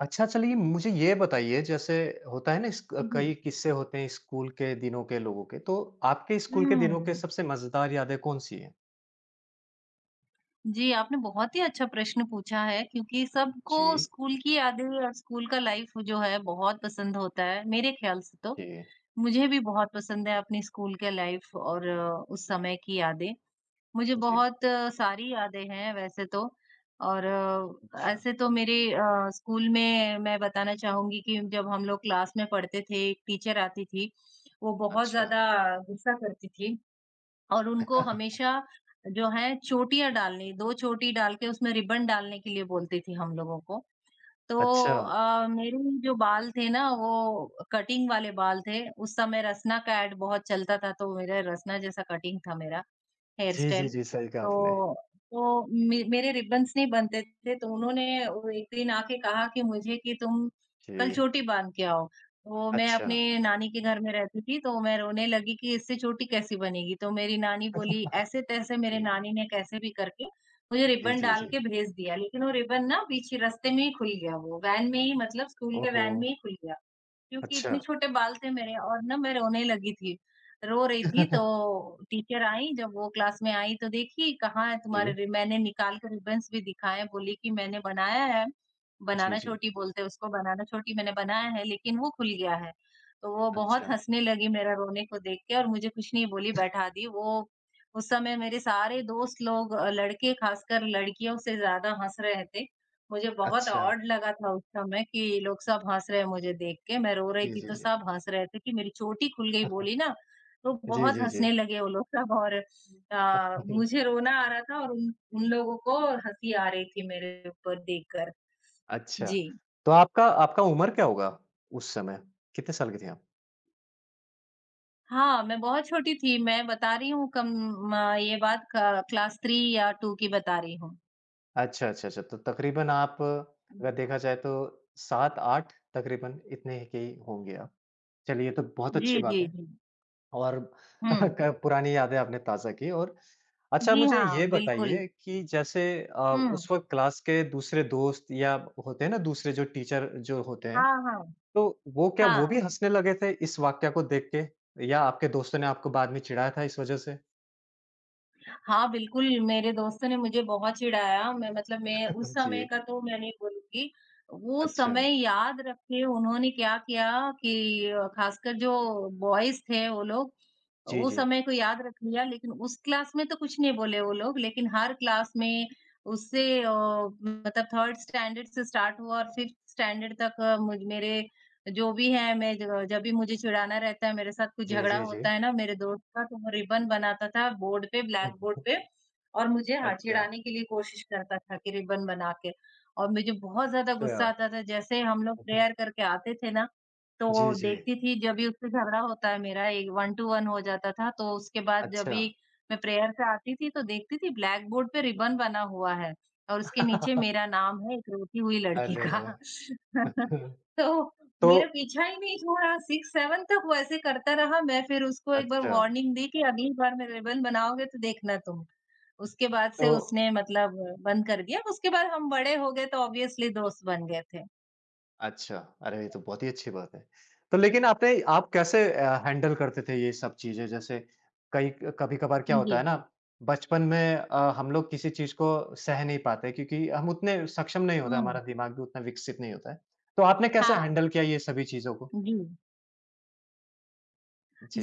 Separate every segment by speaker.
Speaker 1: अच्छा, चलिए मुझे ये बताइए, जैसे होता है ना, इस क
Speaker 2: जी।
Speaker 1: कई किस्से होते हैं स्कूल के दिनों के, लोगों के। तो आपके स्कूल के दिनों के
Speaker 2: हुँ।
Speaker 1: सबसे मज़ेदार यादें कौन-सी हैं?
Speaker 2: जी, आपने बहुत ही अच्छा प्रश्न पूछा है क्योंकि सबको
Speaker 1: जी,
Speaker 2: स्कूल की यादें और स्कूल का लाइफ जो है बहुत पसंद होता है, मेरे ख़्याल से तो।
Speaker 1: जी,
Speaker 2: मुझे भी बहुत पसंद है अपनी स्कूल के लाइफ और उस समय की यादें। मुझे
Speaker 1: जी।
Speaker 2: बहुत सारी यादें हैं वैसे तो और
Speaker 1: अच्छा,
Speaker 2: ऐसे तो मेरे स्कूल में मैं बताना चाहूँगी कि जब हम लोग क्लास में पढ़ते थे, एक टीचर आती थी, वो बहुत
Speaker 1: अच्छा,
Speaker 2: ज़्यादा गुस्सा करती थी। और उनको हमेशा जो है चोटियाँ डालनी, 2 चोटी डाल के उसमें रिबन डालने के लिए बोलती थी हम लोगों को। तो
Speaker 1: अच्छा।
Speaker 2: अ, मेरे जो बाल थे ना वो कटिंग वाले बाल थे, उस समय रसना का ऐड बहुत चलता था तो मेरा रसना जैसा कटिंग था मेरा। हेयर
Speaker 1: जी,
Speaker 2: स्टाइल।
Speaker 1: जी, जी, सही कहा आपने।
Speaker 2: तो तो मे मेरे रिबन्स नहीं बनते थे, तो उन्होंने वो एक दिन आके कहा कि मुझे कि तुम कल
Speaker 1: जी,
Speaker 2: चोटी बाँध के आओ। तो मैं
Speaker 1: अच्छा,
Speaker 2: अपने नानी के घर में रहती थी, तो मैं रोने लगी कि इससे चोटी कैसी बनेगी? तो मेरी नानी बोली ऐसे-तैसे मेरे
Speaker 1: जी,
Speaker 2: नानी ने कैसे भी करके मुझे
Speaker 1: जी,
Speaker 2: रिबन
Speaker 1: जी,
Speaker 2: डाल
Speaker 1: जी।
Speaker 2: के भेज दिया, लेकिन वो रिबन ना बीच ही रास्ते में ही खुल गया वो, वैन में ही मतलब स्कूल के
Speaker 1: ओहो!
Speaker 2: वैन में ही खुल गया। क्योंकि
Speaker 1: अच्छा।
Speaker 2: इतने छोटे बाल थे मेरे और ना मैं रोने लगी थी। रो रही थी तो टीचर आई जब वो क्लास में आई तो देखी कहाँ है तुम्हारे
Speaker 1: जी,
Speaker 2: रि मैंने निकाल के रिबन्स भी दिखाए, बोली कि मैंने बनाया है,
Speaker 1: जी,
Speaker 2: बनाना
Speaker 1: जी।
Speaker 2: चोटी बोलते हैं उसको, बनाना चोटी मैंने बनाया है लेकिन वो खुल गया है। तो वो बहुत
Speaker 1: अच्छा,
Speaker 2: हँसने लगी मेरा रोने को देख के और मुझे कुछ नहीं बोली बैठा दी। वो उस समय मेरे सारे दोस्त लोग लड़के खासकर लड़कियों से ज़्यादा हँस रहे थे मुझे बहुत
Speaker 1: अच्छा।
Speaker 2: ऑड लगा था उस समय कि लोग सब हँस रहे हैं मुझे देख के। मैं रो रही
Speaker 1: जी,
Speaker 2: थी
Speaker 1: जी,
Speaker 2: तो
Speaker 1: जी।
Speaker 2: सब हँस रहे थे कि मेरी चोटी खुल गई बोली ना, तो
Speaker 1: जी,
Speaker 2: बहुत
Speaker 1: जी, जी।
Speaker 2: हँसने लगे वो लोग सब और मुझे रोना आ रहा था और उन उन लोगों को हँसी आ रही थी मेरे ऊपर देखकर।
Speaker 1: अच्छा,
Speaker 2: जी।
Speaker 1: तो आपका आपका उम्र क्या होगा उस समय? कितने साल के थे आप?
Speaker 2: हाँ, मैं बहुत छोटी थी, मैं बता रही हूँ कम म ये बात क क्लास 3 या 2 की बता रही हूँ।
Speaker 1: अच्छा, अच्छा, अच्छा। तो तकरीबन आप अगर देखा जाए तो 7-8 तकरीबन इतने के ही होंगे आप। चलिए ये तो बहुत
Speaker 2: जी,
Speaker 1: अच्छी बात
Speaker 2: जी,
Speaker 1: है।
Speaker 2: जी।
Speaker 1: और
Speaker 2: हुँ।
Speaker 1: क पुरानी यादें आपने ताज़ा की। और अच्छा,
Speaker 2: जी
Speaker 1: मुझे
Speaker 2: हाँ,
Speaker 1: ये
Speaker 2: बिल्कुल।
Speaker 1: बताइए कि जैसे
Speaker 2: हुँ।
Speaker 1: उस वक़्त क्लास के दूसरे दोस्त या होते हैं ना दूसरे जो टीचर जो होते हैं,
Speaker 2: हाँ, हाँ।
Speaker 1: तो वो, क्या वो भी
Speaker 2: हाँ।
Speaker 1: हँसने लगे थे इस वाक़या को देख के? या आपके दोस्तों ने आपको बाद में चिढ़ाया था इस वजह से?
Speaker 2: हाँ, बिल्कुल, मेरे दोस्तों ने मुझे बहुत चिढ़ाया, मैं मतलब मैं उस समय
Speaker 1: जी,
Speaker 2: का तो मैं नहीं बोलूँगी। वो
Speaker 1: अच्छा।
Speaker 2: समय याद रख के उन्होंने क्या किया कि ख़ासकर जो बॉयज़ थे वो लोग,
Speaker 1: जी,
Speaker 2: उस
Speaker 1: जी।
Speaker 2: समय को याद रख लिया लेकिन उस क्लास में तो कुछ नहीं बोले वो लोग लेकिन हर क्लास में उससे मतलब थर्ड स्टैंडर्ड से स्टार्ट हुआ और फिफ्थ स्टैंडर्ड तक मुझ मेरे जो भी है जब भी मुझे चिढ़ाना रहता है मेरे साथ कुछ
Speaker 1: जी,
Speaker 2: झगड़ा
Speaker 1: जी, जी।
Speaker 2: होता है ना मेरे दोस्त का तो वो रिबन बनाता था बोर्ड पे ब्लैक बोर्ड पे और मुझे हाँ
Speaker 1: अच्छा,
Speaker 2: चिढ़ाने के लिए कोशिश करता था कि रिबन बना के और मुझे बहुत ज्यादा
Speaker 1: अच्छा।
Speaker 2: गुस्सा आता था जैसे हम लोग प्रेयर करके आते थे ना तो
Speaker 1: जी, जी।
Speaker 2: देखती थी जब भी उससे झगड़ा होता है मेरा एक 1 टू 1 हो जाता था, तो उसके बाद जब
Speaker 1: अच्छा,
Speaker 2: भी मैं प्रेयर से आती थी तो देखती थी ब्लैक बोर्ड पे रिबन बना हुआ है और उसके नीचे मेरा नाम है एक रोती हुई लड़की
Speaker 1: अरे!
Speaker 2: का। तो मेरा
Speaker 1: तो
Speaker 2: पीछा ही नहीं छोड़ा 6-7 तक वो ऐसे करता रहा, मैं फिर उसको एक बार
Speaker 1: अच्छा,
Speaker 2: वार्निंग दी कि अगली बार मैं रिबन बनाओगे तो देखना तुम। उसके बाद से
Speaker 1: तो
Speaker 2: उसने मतलब बंद कर दिया, उसके बाद हम बड़े हो गए तो ऑब्वियसली दोस्त बन गए थे।
Speaker 1: अच्छा, अरे! ये तो बहुत ही अच्छी बात है। तो लेकिन आपने आप कैसे हैंडल करते थे ये सब चीज़ें? जैसे कई कभी-कभार क्या होता
Speaker 2: जी।
Speaker 1: है ना, बचपन में हम लोग किसी चीज़ को सह नहीं पाते, क्योंकि हम उतने सक्षम नहीं होते,
Speaker 2: हुँ।
Speaker 1: हमारा दिमाग भी उतना विकसित नहीं होता है। तो आपने कैसे
Speaker 2: हाँ,
Speaker 1: हैंडल किया ये सभी चीज़ों को?
Speaker 2: जी।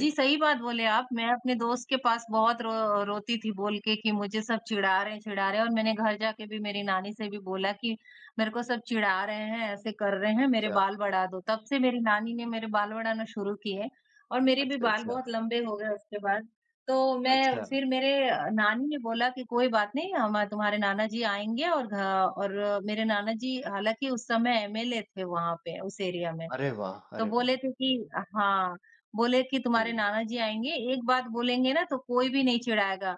Speaker 2: जी, सही बात बोले आप। मैं अपने दोस्त के पास बहुत रो रोती थी बोल के कि मुझे सब चिढ़ा रहे हैं और मैंने घर जाके भी मेरी नानी से भी बोला कि मेरे को सब चिढ़ा रहे हैं, ऐसे कर रहे हैं, मेरे
Speaker 1: अच्छा,
Speaker 2: बाल बढ़ा दो। तब से मेरी नानी ने मेरे बाल बढ़ाना शुरू किए और मेरे भी
Speaker 1: अच्छा,
Speaker 2: बाल
Speaker 1: अच्छा,
Speaker 2: बहुत लंबे हो गए उसके बाद। तो मैं
Speaker 1: अच्छा।
Speaker 2: फिर मेरे नानी ने बोला कि कोई बात नहीं हम तुम्हारे नाना जी आएँगे और घ और मेरे नाना जी हालाँकि उस समय एमएलए थे वहाँ पे उस एरिया में।
Speaker 1: अरे वाह!
Speaker 2: तो
Speaker 1: अरे वाह!
Speaker 2: बोले थे कि हाँ। बोले कि तुम्हारे
Speaker 1: जी,
Speaker 2: नाना जी आएँगे, एक बात बोलेंगे ना तो कोई भी नहीं चिढ़ाएगा।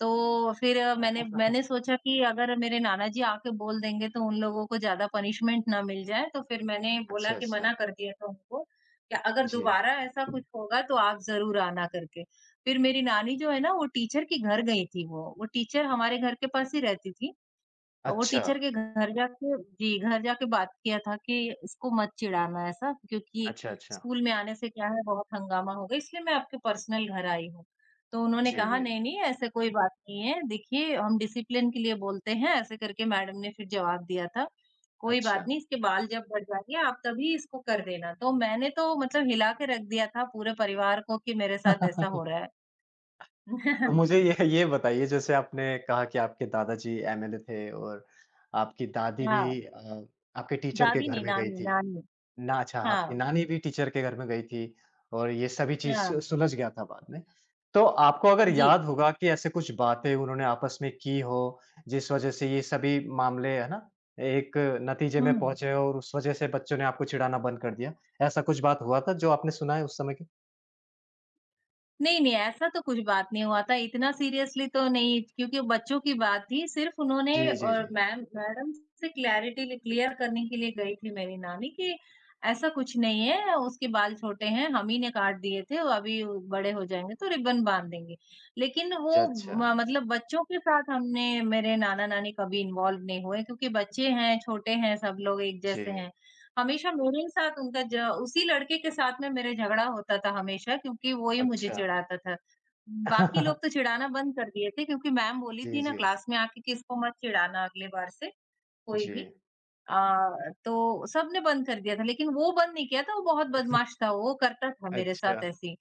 Speaker 2: तो फिर मैंने मैंने सोचा कि अगर मेरे नाना जी आके बोल देंगे तो उन लोगों को ज़्यादा पनिशमेंट ना मिल जाए, तो फिर मैंने बोला
Speaker 1: अच्छा,
Speaker 2: कि मना
Speaker 1: अच्छा।
Speaker 2: कर दिया था उनको कि अगर
Speaker 1: जी,
Speaker 2: दोबारा ऐसा कुछ होगा तो आप ज़रूर आना करके। फिर मेरी नानी जो है ना वो टीचर के घर गई थी वो टीचर हमारे घर के पास ही रहती थी। वो
Speaker 1: अच्छा,
Speaker 2: टीचर के घर जाके जी, घर जाके बात किया था कि इसको मत चिढ़ाना ऐसा क्योंकि
Speaker 1: अच्छा, अच्छा।
Speaker 2: स्कूल में आने से क्या है बहुत हंगामा होगा इसलिए मैं आपके पर्सनल घर आई हूँ। तो उन्होंने
Speaker 1: जी,
Speaker 2: कहा
Speaker 1: जी।
Speaker 2: नहीं-नहीं ऐसे कोई बात नहीं है, देखिए हम डिसिप्लिन के लिए बोलते हैं ऐसे करके मैडम ने फिर जवाब दिया था। कोई बात
Speaker 1: अच्छा।
Speaker 2: नहीं इसके बाल जब बढ़ जाएँगे आप तभी इसको कर देना। तो मैंने तो मतलब हिला के रख दिया था पूरे परिवार को कि मेरे साथ ऐसा हो रहा है।
Speaker 1: तो मुझे ये बताइए, जैसे आपने कहा कि आपके दादाजी एमएलए थे और आपकी दादी
Speaker 2: हाँ,
Speaker 1: भी आपके टीचर के
Speaker 2: दादी
Speaker 1: घर
Speaker 2: नहीं
Speaker 1: में गई
Speaker 2: नानी,
Speaker 1: थी।
Speaker 2: नानी।
Speaker 1: ना, अच्छा, आपकी
Speaker 2: हाँ,
Speaker 1: नानी भी टीचर के घर में गई थी और ये सभी चीज़
Speaker 2: हाँ,
Speaker 1: सु सुलझ गया था बाद में। तो आपको अगर
Speaker 2: जी।
Speaker 1: याद होगा कि ऐसे कुछ बातें उन्होंने आपस में की हो, जिस वज़ह से ये सभी मामले, है ना, एक नतीजे में
Speaker 2: हुँ।
Speaker 1: पहुँचे और उस वज़ह से बच्चों ने आपको चिढ़ाना बंद कर दिया। ऐसा कुछ बात हुआ था जो आपने सुना है उस समय की?
Speaker 2: नहीं, नहीं, ऐसा तो कुछ बात नहीं हुआ था, इतना सीरियसली तो नहीं क्योंकि बच्चों की बात थी, सिर्फ़ उन्होंने
Speaker 1: जी, जी,
Speaker 2: और
Speaker 1: जी।
Speaker 2: मैम मैडम से क्लैरिटी क्लियर करने के लिए गई थी मेरी नानी कि ऐसा कुछ नहीं है, उसके बाल छोटे हैं, हम ही ने काट दिए थे, वो अभी बड़े हो जाएँगे तो रिबन बाँध देंगे। लेकिन
Speaker 1: अच्छा,
Speaker 2: वो
Speaker 1: अच्छा।
Speaker 2: म मतलब बच्चों के साथ हमने मेरे नाना-नानी कभी इन्वॉल्व नहीं हुए क्योंकि बच्चे हैं, छोटे हैं, सब लोग एक
Speaker 1: जी,
Speaker 2: जैसे हैं। हमेशा मेरे ही साथ उनका ज उसी लड़के के साथ में मेरे झगड़ा होता था हमेशा क्योंकि वो ही मुझे
Speaker 1: अच्छा।
Speaker 2: चिढ़ाता था। बाकी लोग तो चिढ़ाना बंद कर दिए थे क्योंकि मैम बोली
Speaker 1: जी,
Speaker 2: थी ना
Speaker 1: जी,
Speaker 2: क्लास में आके कि इसको मत चिढ़ाना अगली बार से कोई
Speaker 1: जी।
Speaker 2: भी। अ, तो सबने बंद कर दिया था लेकिन वो बंद नहीं किया था, वो बहुत बदमाश था, वो करता था मेरे
Speaker 1: अच्छा,
Speaker 2: साथ ऐसे ही।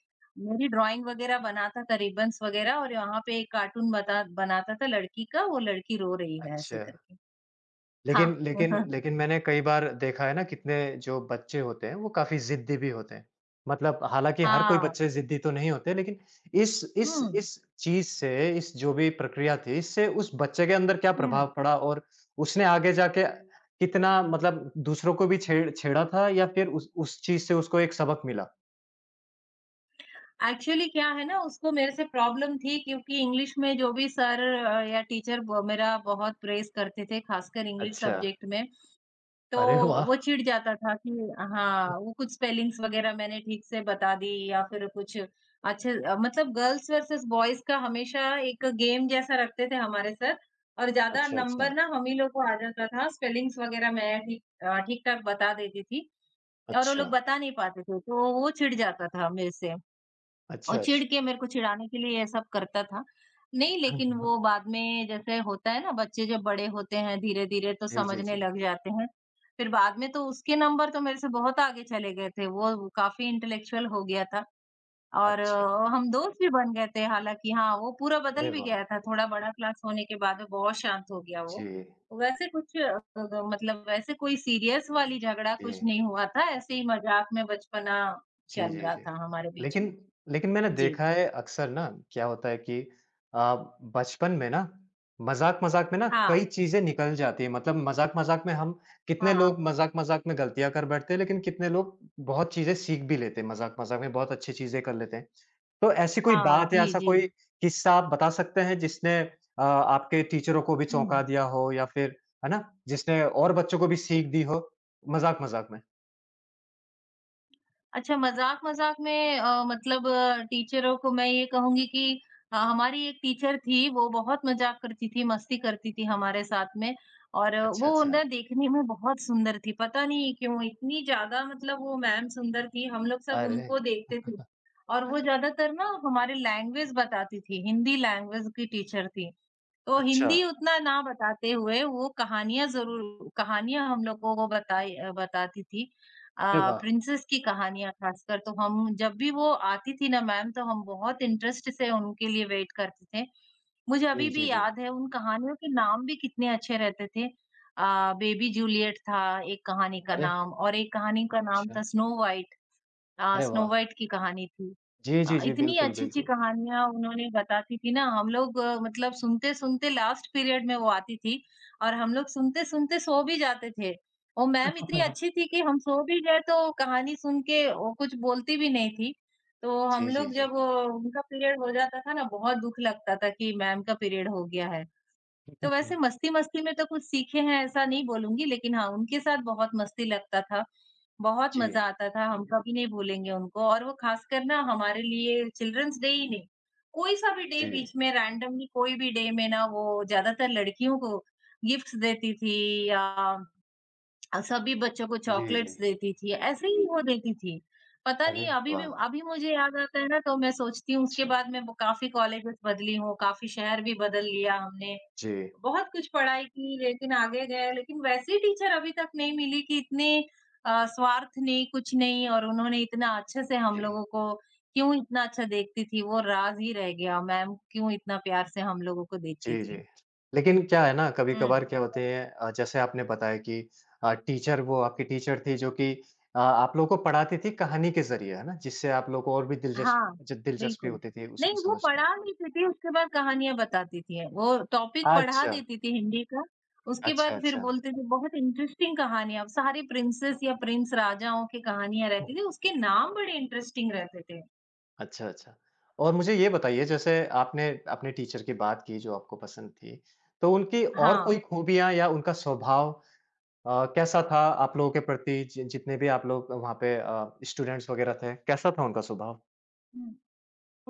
Speaker 2: मेरी ड्राइंग वगैरह बनाता था, रिबन्स वगैरह और यहाँ पे एक कार्टून बता बनाता था लड़की का, वो लड़की रो रही है ऐसे
Speaker 1: अच्छा।
Speaker 2: करके। हाँ।
Speaker 1: लेकिन लेकिन लेकिन मैंने कई बार देखा है ना, कितने जो बच्चे होते हैं वो काफ़ी ज़िद्दी भी होते हैं। मतलब हालाँकि हर कोई
Speaker 2: हाँ।
Speaker 1: बच्चे ज़िद्दी तो नहीं होते, लेकिन इस इस
Speaker 2: हुँ,
Speaker 1: इस चीज़ से, इस जो भी प्रक्रिया थी, इससे उस बच्चे के अंदर क्या
Speaker 2: हुँ।
Speaker 1: प्रभाव पड़ा और उसने आगे जाके कितना मतलब दूसरों को भी छेड़ा था या फिर उस चीज़ से उसको एक सबक मिला?
Speaker 2: एक्चुअली क्या है ना, उसको मेरे से प्रॉब्लम थी क्योंकि इंग्लिश में जो भी सर या टीचर ब मेरा बहुत प्रेज़ करते थे, ख़ासकर इंग्लिश
Speaker 1: अच्छा,
Speaker 2: सब्जेक्ट में, तो
Speaker 1: अरे वाह!
Speaker 2: वो चिढ़ जाता था कि हाँ, वो कुछ स्पेलिंग्स वग़ैरह मैंने ठीक से बता दी या फिर कुछ अच्छे मतलब गर्ल्स वर्सेस बॉयज़ का हमेशा एक गेम जैसा रखते थे हमारे सर और ज़्यादा
Speaker 1: अच्छा,
Speaker 2: नंबर
Speaker 1: अच्छा,
Speaker 2: ना हम ही लोग को आ जाता था, स्पेलिंग्स वग़ैरह मैं ठीक ठीक-ठाक बता देती थी और वो लोग
Speaker 1: अच्छा।
Speaker 2: बता नहीं पाते थे, तो वो चिढ़ जाता था मेरे से। और
Speaker 1: अच्छा, अच्छा।
Speaker 2: चिढ़ के मेरे को चिढ़ाने के लिए ये सब करता था। नहीं लेकिन वो बाद में जैसे होता है ना बच्चे जब बड़े होते हैं धीरे-धीरे तो
Speaker 1: जी, जी,
Speaker 2: समझने
Speaker 1: जी।
Speaker 2: लग जाते हैं। फिर बाद में तो उसके नंबर तो मेरे से बहुत आगे चले गए थे। वो काफ़ी इंटेलेक्चुअल हो गया था और
Speaker 1: अच्छा।
Speaker 2: हम दोस्त भी बन गए थे हालाँकि हाँ, वो पूरा बदल
Speaker 1: अरे
Speaker 2: भी
Speaker 1: वाह!
Speaker 2: गया था। थोड़ा बड़ा क्लास होने के बाद में बहुत शांत हो गया वो।
Speaker 1: जी,
Speaker 2: वैसे कुछ अ, ग मतलब वैसे कोई सीरियस वाली झगड़ा
Speaker 1: जी।
Speaker 2: कुछ नहीं हुआ था। ऐसे ही मज़ाक में बचपना
Speaker 1: जी,
Speaker 2: चल
Speaker 1: जी,
Speaker 2: रहा
Speaker 1: जी।
Speaker 2: था हमारे बीच में।
Speaker 1: लेकिन लेकिन मैंने
Speaker 2: जी।
Speaker 1: देखा है अक्सर, ना क्या होता है कि अ, बचपन में ना, मज़ाक-मज़ाक में ना
Speaker 2: हाँ,
Speaker 1: कई चीज़ें निकल जाती हैं। मतलब मज़ाक-मज़ाक में हम, कितने
Speaker 2: हाँ।
Speaker 1: लोग मज़ाक-मज़ाक में गलतियाँ कर बैठते हैं, लेकिन कितने लोग बहुत चीज़ें सीख भी लेते हैं मज़ाक-मज़ाक में, बहुत अच्छी चीज़ें कर लेते हैं। तो ऐसी कोई
Speaker 2: हाँ,
Speaker 1: बात या
Speaker 2: जी,
Speaker 1: ऐसा
Speaker 2: जी।
Speaker 1: कोई किस्सा आप बता सकते हैं, जिसने आपके टीचरों को भी
Speaker 2: हुँ,
Speaker 1: चौंका दिया हो, या फिर, है ना, जिसने और बच्चों को भी सीख दी हो? मज़ाक-मज़ाक में।
Speaker 2: अच्छा मज़ाक-मज़ाक में टीचरों को मैं ये कहूँगी कि हमारी एक टीचर थी, वो बहुत मज़ाक करती थी, मस्ती करती थी हमारे साथ में और
Speaker 1: अच्छा,
Speaker 2: वो
Speaker 1: अच्छा।
Speaker 2: ना देखने में बहुत सुंदर थी, पता नहीं क्यों इतनी ज़्यादा मतलब वो मैम सुंदर थी, हम लोग सब
Speaker 1: अरे!
Speaker 2: उनको देखते थे और वो ज़्यादातर ना हमारी लैंग्वेज बताती थी, हिंदी लैंग्वेज की टीचर थी। तो
Speaker 1: अच्छा।
Speaker 2: हिंदी उतना ना बताते हुए वो कहानियाँ ज़रूर कहानियाँ हम लोगों को बताती थी।
Speaker 1: अरे
Speaker 2: अ,
Speaker 1: वाह!
Speaker 2: प्रिंसेस की कहानियाँ ख़ासकर तो हम जब भी वो आती थी ना मैम तो हम बहुत इंटरेस्ट से उनके लिए वेट करते थे। मुझे अभी
Speaker 1: जी,
Speaker 2: भी
Speaker 1: जी, जी।
Speaker 2: याद है उन कहानियों के नाम भी कितने अच्छे रहते थे। बेबी जूलियट था एक कहानी का
Speaker 1: अरे!
Speaker 2: नाम और एक कहानी का नाम था
Speaker 1: अच्छा,
Speaker 2: स्नो व्हाइट।
Speaker 1: अरे
Speaker 2: स्नो
Speaker 1: वाह!
Speaker 2: व्हाइट की कहानी थी।
Speaker 1: जी, जी, जी।
Speaker 2: इतनी
Speaker 1: बिल्कुल,
Speaker 2: अच्छी-अच्छी
Speaker 1: बिल्कुल।
Speaker 2: कहानियाँ उन्होंने बताती थी ना, मतलब सुनते-सुनते लास्ट पीरियड में वो आती थी और हम लोग सुनते-सुनते सो भी जाते थे। वो मैम इतनी अच्छी थी कि हम सो भी गए तो कहानी सुन के वो कुछ बोलती भी नहीं थी। तो हम
Speaker 1: जी, जी,
Speaker 2: लोग जब
Speaker 1: जी।
Speaker 2: वो, उनका पीरियड हो जाता था ना, बहुत दुःख लगता था कि मैम का पीरियड हो गया है। तो वैसे मस्ती-मस्ती में तो कुछ सीखे हैं ऐसा नहीं बोलूँगी, लेकिन हाँ, उनके साथ बहुत मस्ती लगता था, बहुत मज़ा
Speaker 1: जी,
Speaker 2: आता था, हम कभी नहीं भूलेंगे उनको और वो ख़ासकर ना हमारे लिए चिल्ड्रन्स डे ही नहीं, कोई-सा भी डे
Speaker 1: जी।
Speaker 2: बीच में रैंडमली कोई भी डे में ना वो ज़्यादातर लड़कियों को गिफ्ट्स देती थी या सभी बच्चों को
Speaker 1: जी, जी।
Speaker 2: चॉकलेट्स देती थी, ऐसे ही वो देती थी। पता
Speaker 1: अरे
Speaker 2: नहीं अभी भी
Speaker 1: वाह!
Speaker 2: अभी मुझे याद आता है ना तो मैं सोचती हूँ उसके
Speaker 1: अच्छा।
Speaker 2: बाद मैं वो काफ़ी कॉलेजेस बदली हूँ, काफ़ी शहर भी बदल लिया हमने।
Speaker 1: जी।
Speaker 2: बहुत कुछ पढ़ाई की लेकिन आगे गए, लेकिन वैसी टीचर अभी तक नहीं मिली कि इतने स्वार्थ नहीं, कुछ नहीं और उन्होंने इतना अच्छे से हम
Speaker 1: जी।
Speaker 2: लोगों को क्यों इतना अच्छा देखती थी, वो राज़ ही रह गया मैम क्यों इतना प्यार से हम लोगों को देखती
Speaker 1: जी, जी।
Speaker 2: थी। हुँ।
Speaker 1: लेकिन क्या है ना,
Speaker 2: हुँ।
Speaker 1: कभी-कभार क्या होते हैं जैसे आपने बताया कि टीचर, वो आपकी टीचर थी जो कि आप लोगों को पढ़ाती थी कहानी के ज़रिए, है ना? जिससे आप लोग को और भी
Speaker 2: हाँ,
Speaker 1: दिलचस्पी
Speaker 2: बिल्कुल।
Speaker 1: होती थी उसको
Speaker 2: नहीं, वो
Speaker 1: समझने में।
Speaker 2: पढ़ा देती थी, उसके बाद कहानियाँ बताती थी। वो टॉपिक पढ़ा
Speaker 1: अच्छा,
Speaker 2: देती थी हिंदी का, उसके
Speaker 1: अच्छा,
Speaker 2: बाद फिर
Speaker 1: अच्छा।
Speaker 2: बोलते थे बहुत इंटरेस्टिंग कहानियाँ, सारी प्रिंसेस या प्रिंस राजाओं की कहानियाँ
Speaker 1: हम्म।
Speaker 2: रहती थी, उसके नाम बड़े इंटरेस्टिंग रहते थे।
Speaker 1: अच्छा, अच्छा। और मुझे ये बताइए, जैसे आपने अपने टीचर की बात की जो आपको पसंद थी, तो उनकी और
Speaker 2: हाँ।
Speaker 1: कोई खूबियाँ या उनका स्वभाव कैसा था आप लोगों के प्रति? जि जितने भी आप लोग वहाँ पे स्टूडेंट्स वगैरह थे, कैसा था उनका स्वभाव?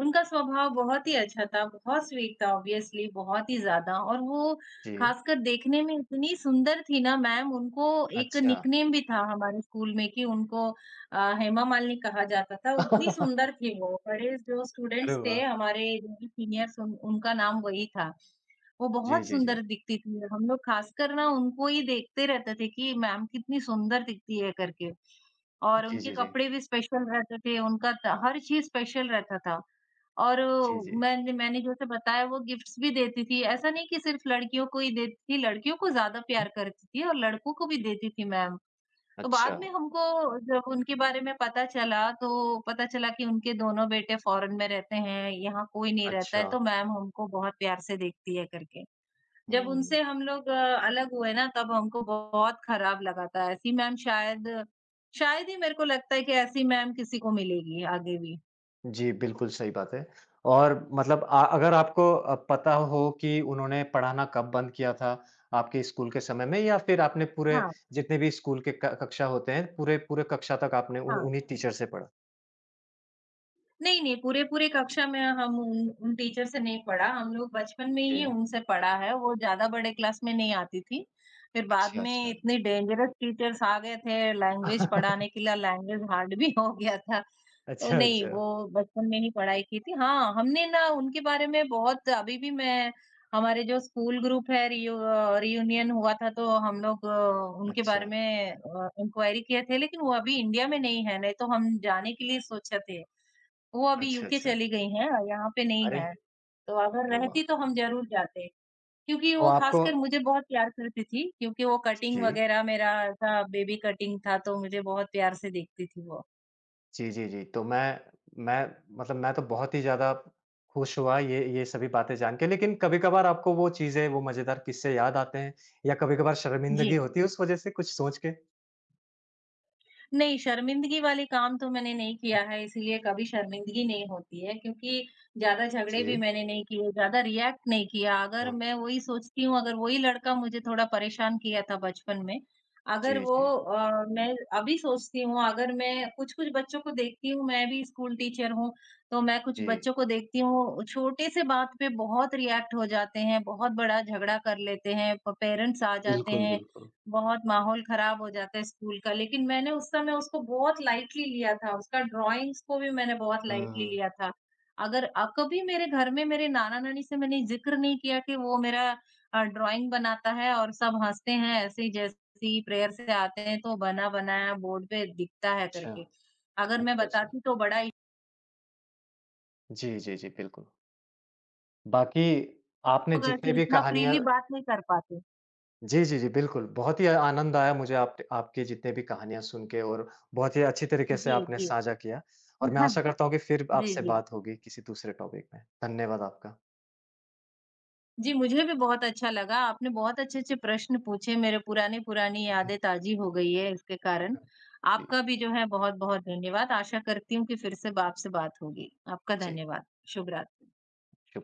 Speaker 2: उनका स्वभाव बहुत ही अच्छा था, बहुत स्वीट था ऑब्वियसली बहुत ही ज़्यादा और वो
Speaker 1: जी।
Speaker 2: ख़ासकर देखने में इतनी सुंदर थी ना मैम, उनको एक
Speaker 1: अच्छा।
Speaker 2: निकनेम भी था हमारे स्कूल में कि उनको हेमा मालिनी कहा जाता था, उतनी सुंदर थी वो। बड़े जो
Speaker 1: अरे
Speaker 2: स्टूडेंट्स थे
Speaker 1: वाह!
Speaker 2: हमारे जो भी सीनियर्स उन उनका नाम वही था। वो
Speaker 1: जी,
Speaker 2: बहुत
Speaker 1: जी, जी।
Speaker 2: सुंदर दिखती थी, हम लोग ख़ासकर ना उनको ही देखते रहते थे कि मैम कितनी सुंदर दिखती है करके और
Speaker 1: जी,
Speaker 2: उनके
Speaker 1: जी, जी।
Speaker 2: कपड़े भी स्पेशल रहते थे, उनका त हर चीज़ स्पेशल रहता था। और
Speaker 1: जी, जी।
Speaker 2: मैंने मैंने जैसे बताया वो गिफ्ट्स भी देती थी। ऐसा नहीं कि सिर्फ़ लड़कियों को ही देती थी, लड़कियों को ज़्यादा प्यार
Speaker 1: हुँ,
Speaker 2: करती थी और लड़कों को भी देती थी मैम। तो बाद
Speaker 1: अच्छा,
Speaker 2: में हमको जब उनके बारे में पता चला, तो पता चला कि उनके दोनों बेटे फ़ॉरेन में रहते हैं, यहाँ कोई नहीं रहता है,
Speaker 1: अच्छा।
Speaker 2: तो मैम हमको बहुत प्यार से देखती है करके। जब
Speaker 1: हुँ।
Speaker 2: उनसे हम लोग अलग हुए ना तब हमको बहुत खराब लगा था। ऐसी मैम शायद शायद ही मेरे को लगता है कि ऐसी मैम किसी को मिलेगी आगे भी।
Speaker 1: जी, बिल्कुल सही बात है और मतलब अगर आपको पता हो कि उन्होंने पढ़ाना कब बंद किया था, आपके स्कूल के समय में, या फिर आपने पूरे
Speaker 2: हाँ,
Speaker 1: जितने भी स्कूल के क कक्षा होते हैं, पूरे पूरे कक्षा तक आपने उन
Speaker 2: हाँ।
Speaker 1: उन्हीं टीचर से पढ़ा?
Speaker 2: नहीं, नहीं, पूरे-पूरे कक्षा में हम उन उन टीचर से नहीं पढ़ा, हम लोग बचपन में
Speaker 1: जी।
Speaker 2: ही उनसे पढ़ा है, वो ज़्यादा बड़े क्लास में नहीं आती थी। फिर बाद
Speaker 1: अच्छा,
Speaker 2: में
Speaker 1: अच्छा।
Speaker 2: इतने डेंजरस टीचर्स आ गए थे लैंग्वेज पढ़ाने के लिए, लैंग्वेज हार्ड भी हो गया था। तो
Speaker 1: अच्छा,
Speaker 2: नहीं,
Speaker 1: अच्छा।
Speaker 2: वो बचपन में ही पढ़ाई की थी। हाँ, हमने ना उनके बारे में बहुत अभी भी मैं हमारे जो स्कूल ग्रुप है रियूनियन हुआ था तो हम लोग उनके बारे
Speaker 1: अच्छा,
Speaker 2: में इंक्वायरी किए थे, लेकिन वो अभी इंडिया में नहीं है, नहीं तो हम जाने के लिए सोचे थे। वो अभी
Speaker 1: अच्छा,
Speaker 2: यूके
Speaker 1: अच्छा।
Speaker 2: चली गई हैं, यहाँ पे नहीं
Speaker 1: अरे!
Speaker 2: हैं। तो अगर
Speaker 1: अरे वाह!
Speaker 2: रहती तो हम ज़रूर जाते। क्योंकि
Speaker 1: तो
Speaker 2: वो
Speaker 1: आपको,
Speaker 2: ख़ासकर मुझे बहुत प्यार करती थी, क्योंकि वो कटिंग
Speaker 1: जी।
Speaker 2: वग़ैरह मेरा ऐसा बेबी कटिंग था, तो मुझे बहुत प्यार से देखती थी वो।
Speaker 1: जी, जी, जी। तो मैं मतलब मैं तो बहुत ही ज़्यादा खुश हुआ ये सभी बातें जान के, लेकिन कभी-कभार आपको वो चीज़ें, वो मज़ेदार किस्से याद आते हैं या कभी-कभार
Speaker 2: जी।
Speaker 1: शर्मिंदगी होती है उस वज़ह से कुछ सोच के?
Speaker 2: नहीं, शर्मिंदगी वाले काम तो मैंने नहीं किया है, इसलिए कभी शर्मिंदगी नहीं होती है क्योंकि ज़्यादा झगड़े भी
Speaker 1: जी।
Speaker 2: मैंने नहीं किए, ज़्यादा रिएक्ट नहीं किया। अगर
Speaker 1: हुँ।
Speaker 2: मैं वही सोचती हूँ, अगर वही लड़का मुझे थोड़ा परेशान किया था बचपन में, अगर
Speaker 1: जी,
Speaker 2: वो
Speaker 1: जी,
Speaker 2: मैं अभी सोचती हूँ, अगर मैं कुछ-कुछ बच्चों को देखती हूँ, मैं भी स्कूल टीचर हूँ, तो मैं कुछ
Speaker 1: जी।
Speaker 2: बच्चों को देखती हूँ, छोटे से बात पे बहुत रिएक्ट हो जाते हैं, बहुत बड़ा झगड़ा कर लेते हैं, प पेरेंट्स आ जाते
Speaker 1: बिल्कुल,
Speaker 2: हैं,
Speaker 1: बिल्कुल।
Speaker 2: बहुत माहौल खराब हो जाता है स्कूल का, लेकिन मैंने उस समय उसको बहुत लाइटली लिया था, उसका ड्राइंग्स को भी मैंने बहुत लाइटली
Speaker 1: हुँ।
Speaker 2: लिया था। अगर कभी मेरे घर में मेरे नाना-नानी से मैंने ज़िक्र नहीं किया कि वो मेरा ड्राइंग बनाता है और सब हँसते हैं ऐसे ही जैसे ही प्रेयर से आते हैं तो बना-बनाया बोर्ड पे दिखता है
Speaker 1: अच्छा।
Speaker 2: करके। अगर
Speaker 1: अच्छा,
Speaker 2: मैं
Speaker 1: अच्छा।
Speaker 2: बताती तो बड़ा इशू,
Speaker 1: जी, जी, जी, बिल्कुल। बाकी आपने
Speaker 2: अगर
Speaker 1: जितने भी
Speaker 2: इतना
Speaker 1: कहानियाँ।
Speaker 2: फ्रीली बात नहीं कर पाते।
Speaker 1: जी, जी, जी, बिल्कुल। बहुत ही आनंद आया मुझे, आप आपके जितने भी कहानियाँ सुन के और बहुत ही अच्छी तरीके से
Speaker 2: जी,
Speaker 1: आपने
Speaker 2: जी।
Speaker 1: साझा किया। और मैं आशा करता हूँ कि फिर
Speaker 2: जी,
Speaker 1: आपसे
Speaker 2: जी।
Speaker 1: बात होगी किसी दूसरे टॉपिक में। धन्यवाद आपका।
Speaker 2: जी, मुझे भी बहुत अच्छा लगा। आपने बहुत अच्छे-अच्छे प्रश्न पूछे, मेरे पुरानी-पुरानी यादें ताज़ी हो गई है इसके कारण।
Speaker 1: जी, जी।
Speaker 2: आपका भी जो है बहुत-बहुत धन्यवाद। आशा करती हूँ कि फिर से ब आपसे बात होगी। आपका
Speaker 1: जी,
Speaker 2: धन्यवाद। शुभ रात्रि।
Speaker 1: शु